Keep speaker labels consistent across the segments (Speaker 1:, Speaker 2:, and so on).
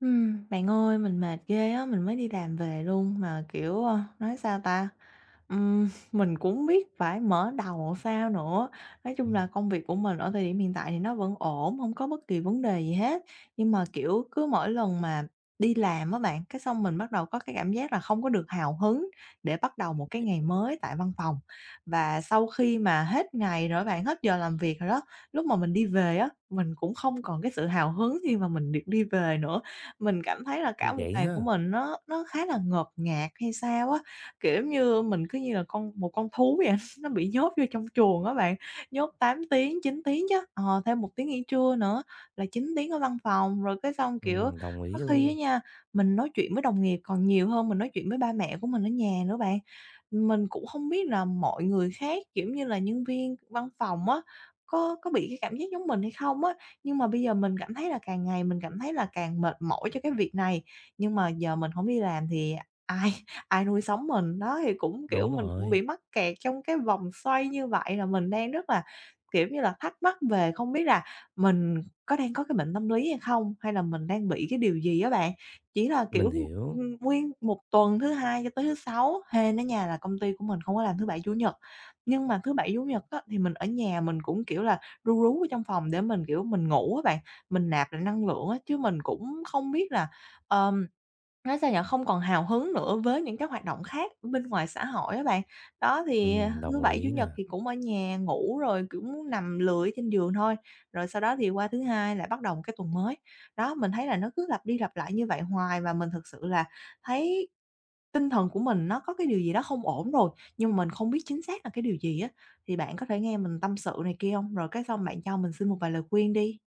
Speaker 1: Bạn ơi, mình mệt ghê á, mình mới đi làm về luôn mà, kiểu, nói sao ta, mình cũng hông biết phải mở đầu sao nữa. Nói chung là
Speaker 2: Ừm,
Speaker 1: công việc của mình ở thời điểm hiện tại thì nó vẫn ổn, không có bất kỳ vấn đề gì hết, nhưng mà, kiểu, cứ mỗi lần mà đi làm á bạn, cái xong mình bắt đầu có cái cảm giác là không có được hào hứng để bắt đầu một cái ngày mới tại văn phòng. Và sau khi mà hết ngày rồi bạn, hết giờ làm việc rồi đó, lúc mà mình đi về á, mình cũng không còn cái sự hào hứng khi mà mình được đi về nữa. Mình cảm thấy là cả
Speaker 2: ô,
Speaker 1: một
Speaker 2: vậy
Speaker 1: ngày của
Speaker 2: ha?
Speaker 1: mình nó khá là ngột ngạt hay sao á, kiểu như, mình cứ như là con một con thú vậy, nó bị nhốt vô trong chuồng á bạn, nhốt 8 tiếng, 9 tiếng chứ, thêm 1 tiếng nghỉ trưa nữa là 9 tiếng ở văn phòng. Rồi cái xong, kiểu,
Speaker 2: Đồng ý
Speaker 1: có khi á
Speaker 2: luôn.
Speaker 1: nha, mình nói chuyện với đồng nghiệp còn nhiều hơn mình nói chuyện với ba mẹ của mình ở nhà nữa bạn. Mình cũng không biết là mọi người khác, kiểu như là, nhân viên văn phòng á, có bị cái cảm giác giống mình hay không á? Nhưng mà bây giờ mình cảm thấy là càng ngày mình cảm thấy là càng mệt mỏi cho cái việc này, nhưng mà giờ mình không đi làm thì ai ai nuôi sống mình. Đó, thì cũng, kiểu,
Speaker 2: Đúng
Speaker 1: mình cũng
Speaker 2: rồi,
Speaker 1: bị mắc kẹt trong cái vòng xoay như vậy, là mình đang rất là, kiểu như là, thắc mắc về không biết là mình có đang có cái bệnh tâm lý hay không? Hay là mình đang bị cái điều gì á bạn? Chỉ là,
Speaker 2: mình
Speaker 1: kiểu,
Speaker 2: hiểu.
Speaker 1: nguyên một tuần thứ Hai cho tới thứ Sáu, hên á nhà là công ty của mình không có làm thứ Bảy, Chủ nhật, nhưng mà thứ Bảy, Chủ nhật á thì mình ở nhà mình cũng, kiểu là, ru rú ở trong phòng để mình, kiểu, mình ngủ á bạn, mình nạp lại năng lượng á, chứ mình cũng không biết là, ờm, nói sao nhở không còn hào hứng nữa với những cái hoạt động khác bên ngoài xã hội á bạn. Đó, thì, thứ
Speaker 2: Đồng
Speaker 1: Bảy, Chủ
Speaker 2: ý
Speaker 1: nhật
Speaker 2: nè.
Speaker 1: thì cũng ở nhà ngủ rồi cũng nằm lười trên giường thôi, rồi sau đó thì qua thứ Hai lại bắt đầu một cái tuần mới. Đó, mình thấy là nó cứ lặp đi lặp lại như vậy hoài và mình thực sự là thấy tinh thần của mình nó có cái điều gì đó không ổn rồi, nhưng mà mình không biết chính xác là cái điều gì á, thì bạn có thể nghe mình tâm sự này kia không? Rồi cái xong bạn cho mình xin một vài lời khuyên đi.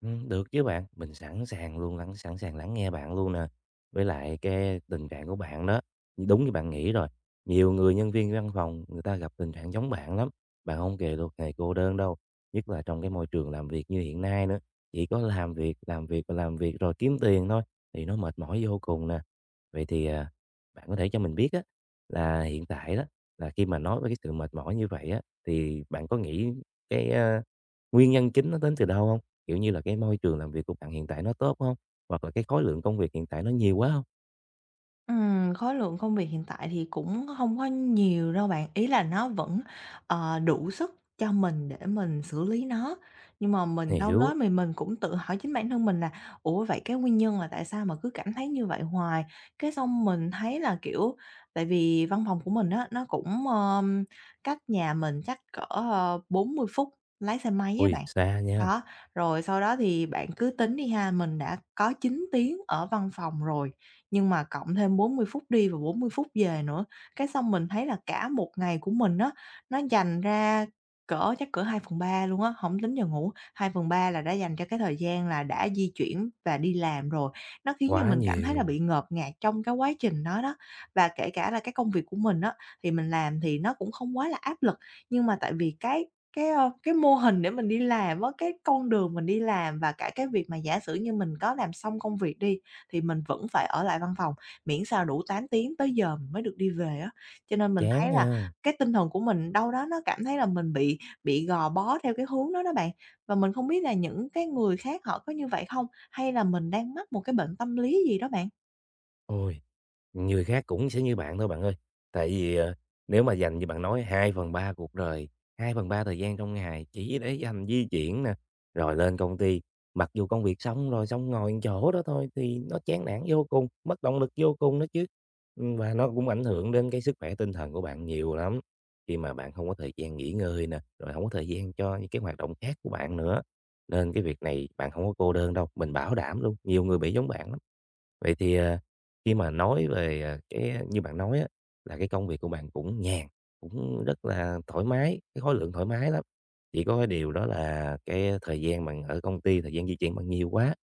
Speaker 2: Được chứ bạn, mình sẵn sàng luôn, sẵn sàng lắng nghe bạn luôn nè. Với lại cái tình trạng của bạn đó, đúng như bạn nghĩ rồi, nhiều người nhân viên văn phòng người ta gặp tình trạng giống bạn lắm, bạn không kể một ngày cô đơn đâu. Nhất là trong cái môi trường làm việc như hiện nay nữa, chỉ có làm việc và làm việc rồi kiếm tiền thôi thì nó mệt mỏi vô cùng nè. Vậy thì, à, bạn có thể cho mình biết á, là hiện tại đó, là khi mà nói về cái sự mệt mỏi như vậy á, thì bạn có nghĩ cái, a, nguyên nhân chính nó đến từ đâu không? Kiểu như là, cái môi trường làm việc của bạn hiện tại nó tốt không? Hoặc là cái khối lượng công việc hiện tại nó nhiều quá không?
Speaker 1: Khối lượng công việc hiện tại thì cũng không có nhiều đâu bạn, ý là nó vẫn, đủ sức cho mình để mình xử lý nó. Nhưng mà mình đâu
Speaker 2: Hiểu,
Speaker 1: đó mình cũng tự hỏi chính bản thân mình là "Ủa, vậy cái nguyên nhân là tại sao mà cứ cảm thấy như vậy hoài?" Cái xong mình thấy là, kiểu tại vì văn phòng của mình á, nó cũng, cách nhà mình chắc cỡ, 40 phút lái xe máy á
Speaker 2: ui
Speaker 1: bạn.
Speaker 2: xa nha,
Speaker 1: Đó, rồi sau đó thì bạn cứ tính đi ha, mình đã có 9 tiếng ở văn phòng rồi, nhưng mà cộng thêm 40 phút đi và 40 phút về nữa, cái xong mình thấy là cả một ngày của mình á, nó dành ra cỡ chắc cỡ 2/3 luôn á, không tính giờ ngủ, 2/3 là đã dành cho cái thời gian là đã di chuyển và đi làm rồi. Nó khiến cho
Speaker 2: quá
Speaker 1: mình cảm thấy là
Speaker 2: nhiều,
Speaker 1: bị ngợp ngạt trong cái quá trình đó đó. Và kể cả là cái công việc của mình á, thì mình làm thì nó cũng không quá là áp lực, nhưng mà tại vì cái mô hình để mình đi làm á, cái con đường mình đi làm và cả cái việc mà giả sử như mình có làm xong công việc đi, thì mình vẫn phải ở lại văn phòng, miễn sao đủ 8 tiếng tới giờ mình mới được đi về á. Cho nên mình
Speaker 2: chán
Speaker 1: thấy là
Speaker 2: nha.
Speaker 1: cái tinh thần của mình đâu đó nó cảm thấy là mình bị gò bó theo cái hướng đó đó bạn. Và mình không biết là những cái người khác họ có như vậy không? Hay là mình đang mắc một cái bệnh tâm lý gì đó bạn?
Speaker 2: Ôi, người khác cũng sẽ như bạn thôi bạn ơi. Tại vì, ờ, nếu mà dành như bạn nói hai phần ba cuộc đời, hai phần ba thời gian trong ngày chỉ để dành di chuyển nè, rồi lên công ty, mặc dù công việc xong rồi, xong ngồi một chỗ đó thôi thì nó chán nản vô cùng, mất động lực vô cùng đó chứ. Và nó cũng ảnh hưởng đến cái sức khỏe tinh thần của bạn nhiều lắm, khi mà bạn không có thời gian nghỉ ngơi nè, rồi không có thời gian cho những cái hoạt động khác của bạn nữa. Nên cái việc này bạn không có cô đơn đâu, mình bảo đảm luôn, nhiều người bị giống bạn. Vậy thì, à, khi mà nói về, à, cái như bạn nói á, là cái công việc của bạn cũng nhàn, cũng rất là thoải mái, cái khối lượng thoải mái lắm, chỉ có cái điều đó là cái thời gian bạn ở công ty, thời gian di chuyển bạn nhiều quá.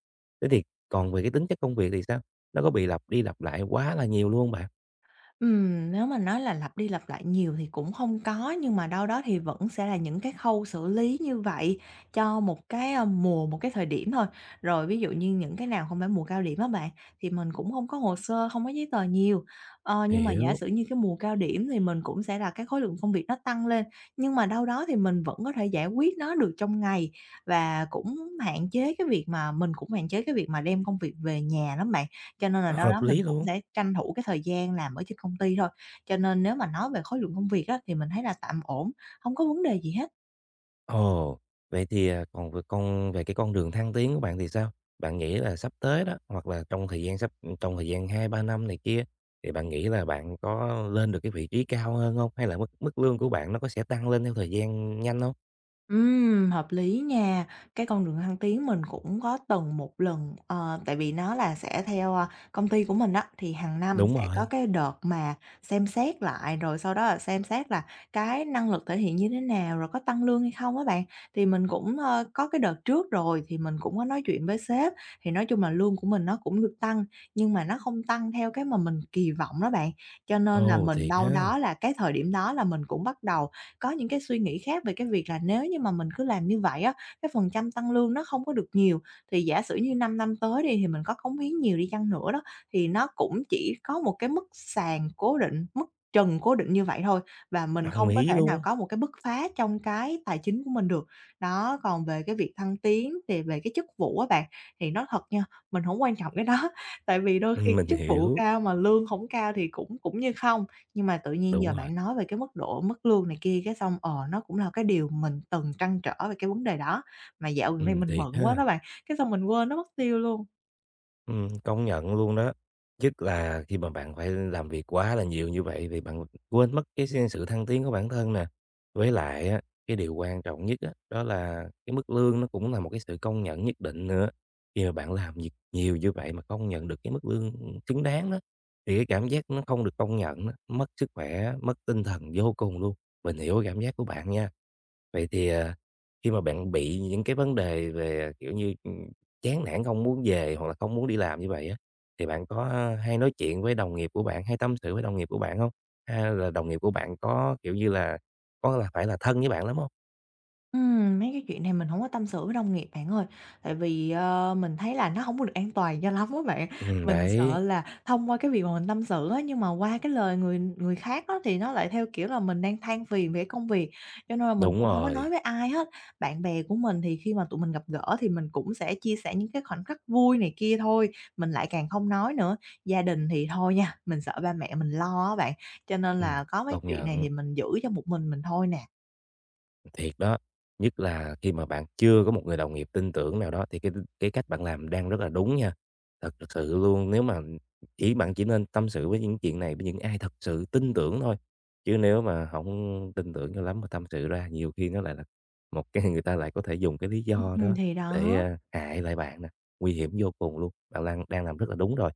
Speaker 2: Thế thì còn về cái tính chất công việc thì sao? Nó có bị lặp đi lặp lại quá là nhiều luôn bạn?
Speaker 1: Nếu mà nói là lặp đi lặp lại nhiều thì cũng không có, nhưng mà đâu đó thì vẫn sẽ là những cái khâu xử lý như vậy cho một cái, mùa, một cái thời điểm thôi. Rồi ví dụ như những cái nào không phải mùa cao điểm á bạn, thì mình cũng không có hồ sơ, không có giấy tờ nhiều. Ờ, nhưng mà giả
Speaker 2: Hiểu,
Speaker 1: sử như cái mùa cao điểm thì mình cũng sẽ là cái khối lượng công việc nó tăng lên, nhưng mà đâu đó thì mình vẫn có thể giải quyết nó được trong ngày và cũng hạn chế cái việc mà mình cũng hạn chế cái việc mà đem công việc về nhà lắm bạn. Cho nên là đâu đó
Speaker 2: hợp
Speaker 1: mình
Speaker 2: lý
Speaker 1: cũng
Speaker 2: luôn.
Speaker 1: sẽ tranh thủ cái thời gian làm ở trên công ty thôi. Cho nên nếu mà nói về khối lượng công việc á, thì mình thấy là tạm ổn, không có vấn đề gì hết.
Speaker 2: Ồ, vậy thì, à, còn về cái con đường thăng tiến của bạn thì sao? Bạn nghĩ là sắp tới đó, hoặc là trong thời gian 2-3 năm này kia, thì bạn nghĩ là bạn có lên được cái vị trí cao hơn không? Hay là mức mức lương của bạn nó có sẽ tăng lên theo thời gian nhanh không?
Speaker 1: Hợp lý nha. Cái con đường thăng tiến mình cũng có từng một lần, tại vì nó là sẽ theo, công ty của mình á, thì hàng năm
Speaker 2: Đúng
Speaker 1: sẽ có
Speaker 2: rồi,
Speaker 1: cái đợt mà xem xét lại, rồi sau đó là xem xét là cái năng lực thể hiện như thế nào, rồi có tăng lương hay không á bạn. Thì mình cũng, có cái đợt trước rồi thì mình cũng có nói chuyện với sếp, thì nói chung là lương của mình nó cũng được tăng, nhưng mà nó không tăng theo cái mà mình kỳ vọng đó bạn. Cho nên là
Speaker 2: ồ,
Speaker 1: mình
Speaker 2: thiệt
Speaker 1: đâu
Speaker 2: ha,
Speaker 1: đó là cái thời điểm đó là mình cũng bắt đầu có những cái suy nghĩ khác về cái việc là nếu như mà mình cứ làm như vậy á, cái phần trăm tăng lương nó không có được nhiều, thì giả sử như 5 năm năm tới đi thì mình có cống hiến nhiều đi chăng nữa đó, thì nó cũng chỉ có một cái mức sàn cố định, mức trần cố định như vậy thôi và mình
Speaker 2: đồng
Speaker 1: không có
Speaker 2: ý
Speaker 1: thể nào
Speaker 2: luôn,
Speaker 1: có một cái bứt phá trong cái tài chính của mình được. Đó, còn về cái việc thăng tiến thì về cái chức vụ á bạn, thì nói thật nha, mình không quan trọng cái đó, tại vì đôi khi cái
Speaker 2: mình
Speaker 1: chức vụ
Speaker 2: hiểu,
Speaker 1: cao mà lương không cao thì cũng cũng như không. Nhưng mà tự nhiên giờ
Speaker 2: đúng rồi,
Speaker 1: bạn nói về cái mức lương này kia cái xong, nó cũng là cái điều mình từng trăn trở về cái vấn đề đó, mà dạo gần đây mình
Speaker 2: thiệt
Speaker 1: bận quá
Speaker 2: ha.
Speaker 1: đó bạn, cái xong mình quên nó mất tiêu luôn.
Speaker 2: Công nhận luôn đó. Nhất là khi mà bạn phải làm việc quá là nhiều như vậy thì bạn quên mất cái sự thăng tiến của bản thân nè. Với lại á, cái điều quan trọng nhất á, đó là cái mức lương nó cũng là một cái sự công nhận nhất định nữa. Khi mà bạn làm việc nhiều như vậy mà không nhận được cái mức lương xứng đáng đó, thì cái cảm giác nó không được công nhận á, mất sức khỏe, mất tinh thần vô cùng luôn. Mình hiểu cái cảm giác của bạn nha. Vậy thì, à, khi mà bạn bị những cái vấn đề về, kiểu như, chán nản không muốn về hoặc là không muốn đi làm như vậy á, thì bạn có hay nói chuyện với đồng nghiệp của bạn, hay tâm sự với đồng nghiệp của bạn không? Hay là đồng nghiệp của bạn có, kiểu như là, có là phải là thân với bạn lắm không?
Speaker 1: Mấy cái chuyện này mình hổng có tâm sự với đồng nghiệp bạn ơi, tại vì, mình thấy là nó hổng có được an toàn cho lắm á bạn. Mình sợ
Speaker 2: Đấy,
Speaker 1: là thông qua cái việc mà mình tâm sự á, nhưng mà qua cái lời người người khác á, thì nó lại theo kiểu là mình đang than phiền về cái công việc, cho nên là mình
Speaker 2: đúng
Speaker 1: cũng hổng có nói
Speaker 2: rồi,
Speaker 1: với ai hết. Bạn bè của mình thì khi mà tụi mình gặp gỡ thì mình cũng sẽ chia sẻ những cái khoảnh khắc vui này kia thôi, mình lại càng không nói nữa. Gia đình thì thôi nha, mình sợ ba mẹ mình lo á bạn, cho nên
Speaker 2: ừm,
Speaker 1: là có mấy
Speaker 2: công
Speaker 1: chuyện này
Speaker 2: nhận.
Speaker 1: thì mình giữ cho một mình thôi nè.
Speaker 2: Thiệt đó, nhất là khi mà bạn chưa có một người đồng nghiệp tin tưởng nào đó thì cái cách bạn làm đang rất là đúng nha. Thật sự luôn, nếu mà chỉ nên tâm sự với những chuyện này với những ai thật sự tin tưởng thôi, chứ nếu mà không tin tưởng cho lắm mà tâm sự ra nhiều khi nó lại là một cái người ta lại có thể dùng cái lý do đó
Speaker 1: Thì
Speaker 2: để
Speaker 1: đó.
Speaker 2: hại lại bạn nè, nguy hiểm vô cùng luôn. Bạn đang đang làm rất là đúng rồi.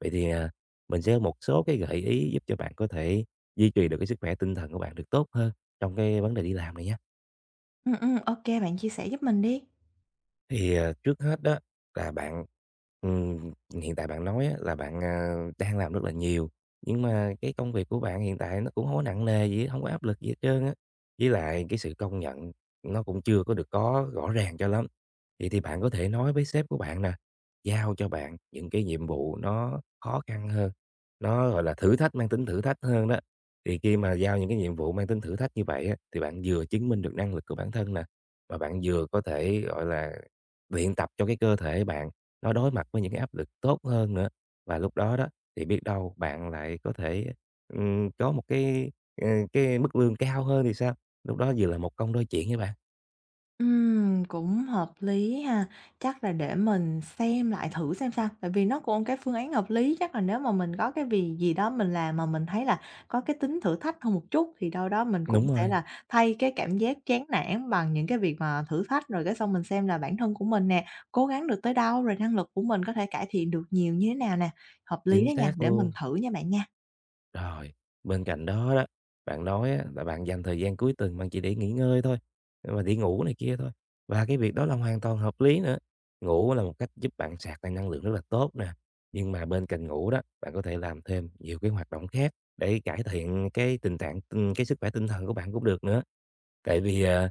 Speaker 2: Vậy thì, à, mình sẽ có một số cái gợi ý giúp cho bạn có thể duy trì được cái sức khỏe tinh thần của bạn được tốt hơn trong cái vấn đề đi làm này nha.
Speaker 1: Ô, bạn chia sẻ giúp mình đi.
Speaker 2: Thì, à, trước hết đó là bạn, ừm, hiện tại bạn nói á là bạn, à, đang làm rất là nhiều, nhưng mà cái công việc của bạn hiện tại nó cũng không có nặng nề gì hết, không có áp lực gì hết trơn á. Với lại cái sự công nhận nó cũng chưa có được có rõ ràng cho lắm. Vậy thì bạn có thể nói với sếp của bạn nè, giao cho bạn những cái nhiệm vụ nó khó khăn hơn, nó, gọi là, thử thách mang tính thử thách hơn đó. Thì khi mà giao những cái nhiệm vụ mang tính thử thách như vậy á, thì bạn vừa chứng minh được năng lực của bản thân nè, mà bạn vừa có thể, gọi là, luyện tập cho cái cơ thể bạn nó đối mặt với những cái áp lực tốt hơn nữa. Và lúc đó đó thì biết đâu bạn lại có thể, có một cái, ờ, cái mức lương cao hơn thì sao? Lúc đó vừa là một công đôi chuyện với bạn.
Speaker 1: Cũng hợp lý ha. Chắc là để mình xem lại thử xem sao, tại vì nó cũng cái phương án hợp lý, chắc là nếu mà mình có cái việc gì đó mình làm mà mình thấy là có cái tính thử thách hơn một chút, thì đâu đó mình cũng
Speaker 2: Đúng
Speaker 1: sẽ
Speaker 2: rồi,
Speaker 1: là thay cái cảm giác chán nản bằng những cái việc mà thử thách, rồi cái xong mình xem là bản thân của mình nè, cố gắng được tới đâu, rồi năng lực của mình có thể cải thiện được nhiều như thế nào nè. Hợp lý
Speaker 2: chính
Speaker 1: đó nha,
Speaker 2: xác
Speaker 1: để mình
Speaker 2: luôn.
Speaker 1: thử nha bạn nha.
Speaker 2: Rồi, bên cạnh đó đó, bạn nói á, là bạn dành thời gian cuối tuần bạn chỉ để nghỉ ngơi thôi, và đi ngủ này kia thôi. Và cái việc đó là hoàn toàn hợp lý nữa. Ngủ là một cách giúp bạn sạc lại năng lượng rất là tốt nè. Nhưng mà bên cạnh ngủ đó, bạn có thể làm thêm nhiều cái hoạt động khác để cải thiện cái tình trạng, cái sức khỏe tinh thần của bạn cũng được nữa. Tại vì, à,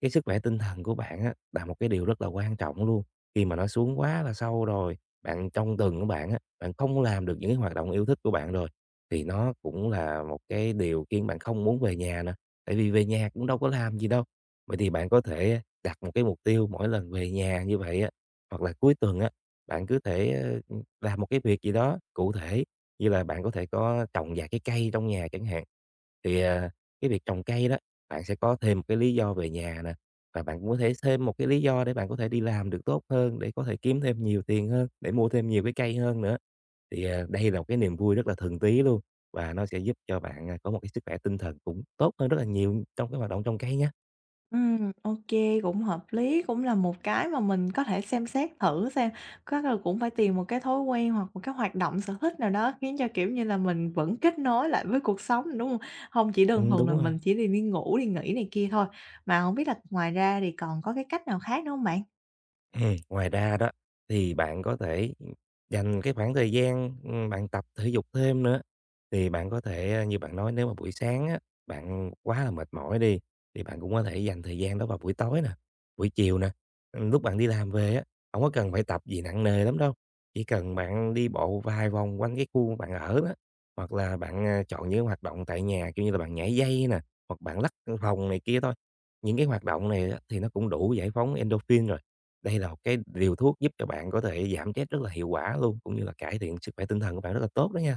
Speaker 2: cái sức khỏe tinh thần của bạn á, là một cái điều rất là quan trọng luôn. Khi mà nó xuống quá là sâu rồi, bạn trong tuần của bạn á, bạn không làm được những cái hoạt động yêu thích của bạn rồi, thì nó cũng là một cái điều khiến bạn không muốn về nhà nữa, tại vì về nhà cũng đâu có làm gì đâu. Vậy thì bạn có thể đặt một cái mục tiêu mỗi lần về nhà như vậy á, hoặc là cuối tuần á, bạn cứ thể, làm một cái việc gì đó cụ thể, như là bạn có thể trồng vài cái cây trong nhà chẳng hạn. Thì, à, cái việc trồng cây đó bạn sẽ có thêm một cái lý do về nhà nè, và bạn cũng có thể thêm một cái lý do để bạn có thể đi làm được tốt hơn, để có thể kiếm thêm nhiều tiền hơn, để mua thêm nhiều cái cây hơn nữa. Thì, à, đây là một cái niềm vui rất là thường tí luôn, và nó sẽ giúp cho bạn, à, có một cái sức khỏe tinh thần cũng tốt hơn rất là nhiều trong cái hoạt động trồng cây nhé.
Speaker 1: Ok, cũng hợp lý, cũng là một cái mà mình có thể xem xét thử xem. Chắc là cũng phải tìm một cái thói quen hoặc một cái hoạt động, sở thích nào đó khiến cho, kiểu như là, mình vẫn kết nối lại với cuộc sống, đúng không? Không chỉ đơn thuần
Speaker 2: Đúng
Speaker 1: là
Speaker 2: rồi.
Speaker 1: mình chỉ đi đi ngủ, đi nghỉ này kia thôi. Mà không biết là ngoài ra thì còn có cái cách nào khác nữa không bạn?
Speaker 2: Ngoài ra đó thì bạn có thể dành cái khoảng thời gian, bạn tập thể dục thêm nữa. Thì bạn có thể như bạn nói nếu mà buổi sáng á, bạn quá là mệt mỏi đi, thì bạn cũng có thể dành thời gian đó vào buổi tối nè, buổi chiều nè. Lúc bạn đi làm về á, không có cần phải tập gì nặng nề lắm đâu, chỉ cần bạn đi bộ vài vòng quanh cái khu bạn ở đó, hoặc là bạn, à, chọn những hoạt động tại nhà, kiểu như là, bạn nhảy dây nè, hoặc bạn lắc phòng này kia thôi. Những cái hoạt động này á thì nó cũng đủ giải phóng endorphin rồi. Đây là một cái liều thuốc giúp cho bạn có thể giảm stress rất là hiệu quả luôn, cũng như là cải thiện sức khỏe tinh thần của bạn rất là tốt đó nha.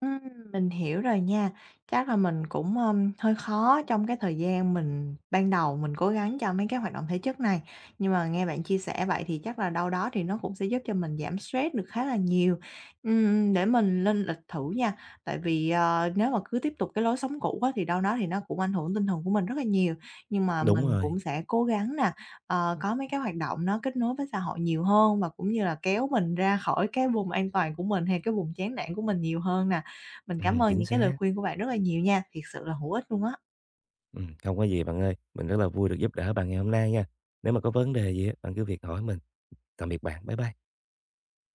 Speaker 1: Ừm, mình hiểu rồi nha. Chắc là mình cũng, hơi khó trong cái thời gian mình ban đầu mình cố gắng cho mấy cái hoạt động thể chất này, nhưng mà nghe bạn chia sẻ vậy thì chắc là đâu đó thì nó cũng sẽ giúp cho mình giảm stress được khá là nhiều. Để mình lên lịch thử nha, tại vì, nếu mà cứ tiếp tục cái lối sống cũ á thì đâu đó thì nó cũng ảnh hưởng tinh thần của mình rất là nhiều. Nhưng mà
Speaker 2: Đúng
Speaker 1: mình
Speaker 2: rồi,
Speaker 1: cũng sẽ cố gắng nè, có mấy cái hoạt động nó kết nối với xã hội nhiều hơn và cũng như là kéo mình ra khỏi cái vùng an toàn của mình hay cái vùng chán nản của mình nhiều hơn nè. Mình cảm ơn
Speaker 2: chính
Speaker 1: những cái lời
Speaker 2: xác.
Speaker 1: khuyên của bạn rất là nhiều nha, thiệt sự là hữu ích luôn á.
Speaker 2: Không có gì bạn ơi, mình rất là vui được giúp đỡ bạn ngày hôm nay nha. Nếu mà có vấn đề gì á, bạn cứ việc hỏi mình. Tạm biệt bạn, bye bye.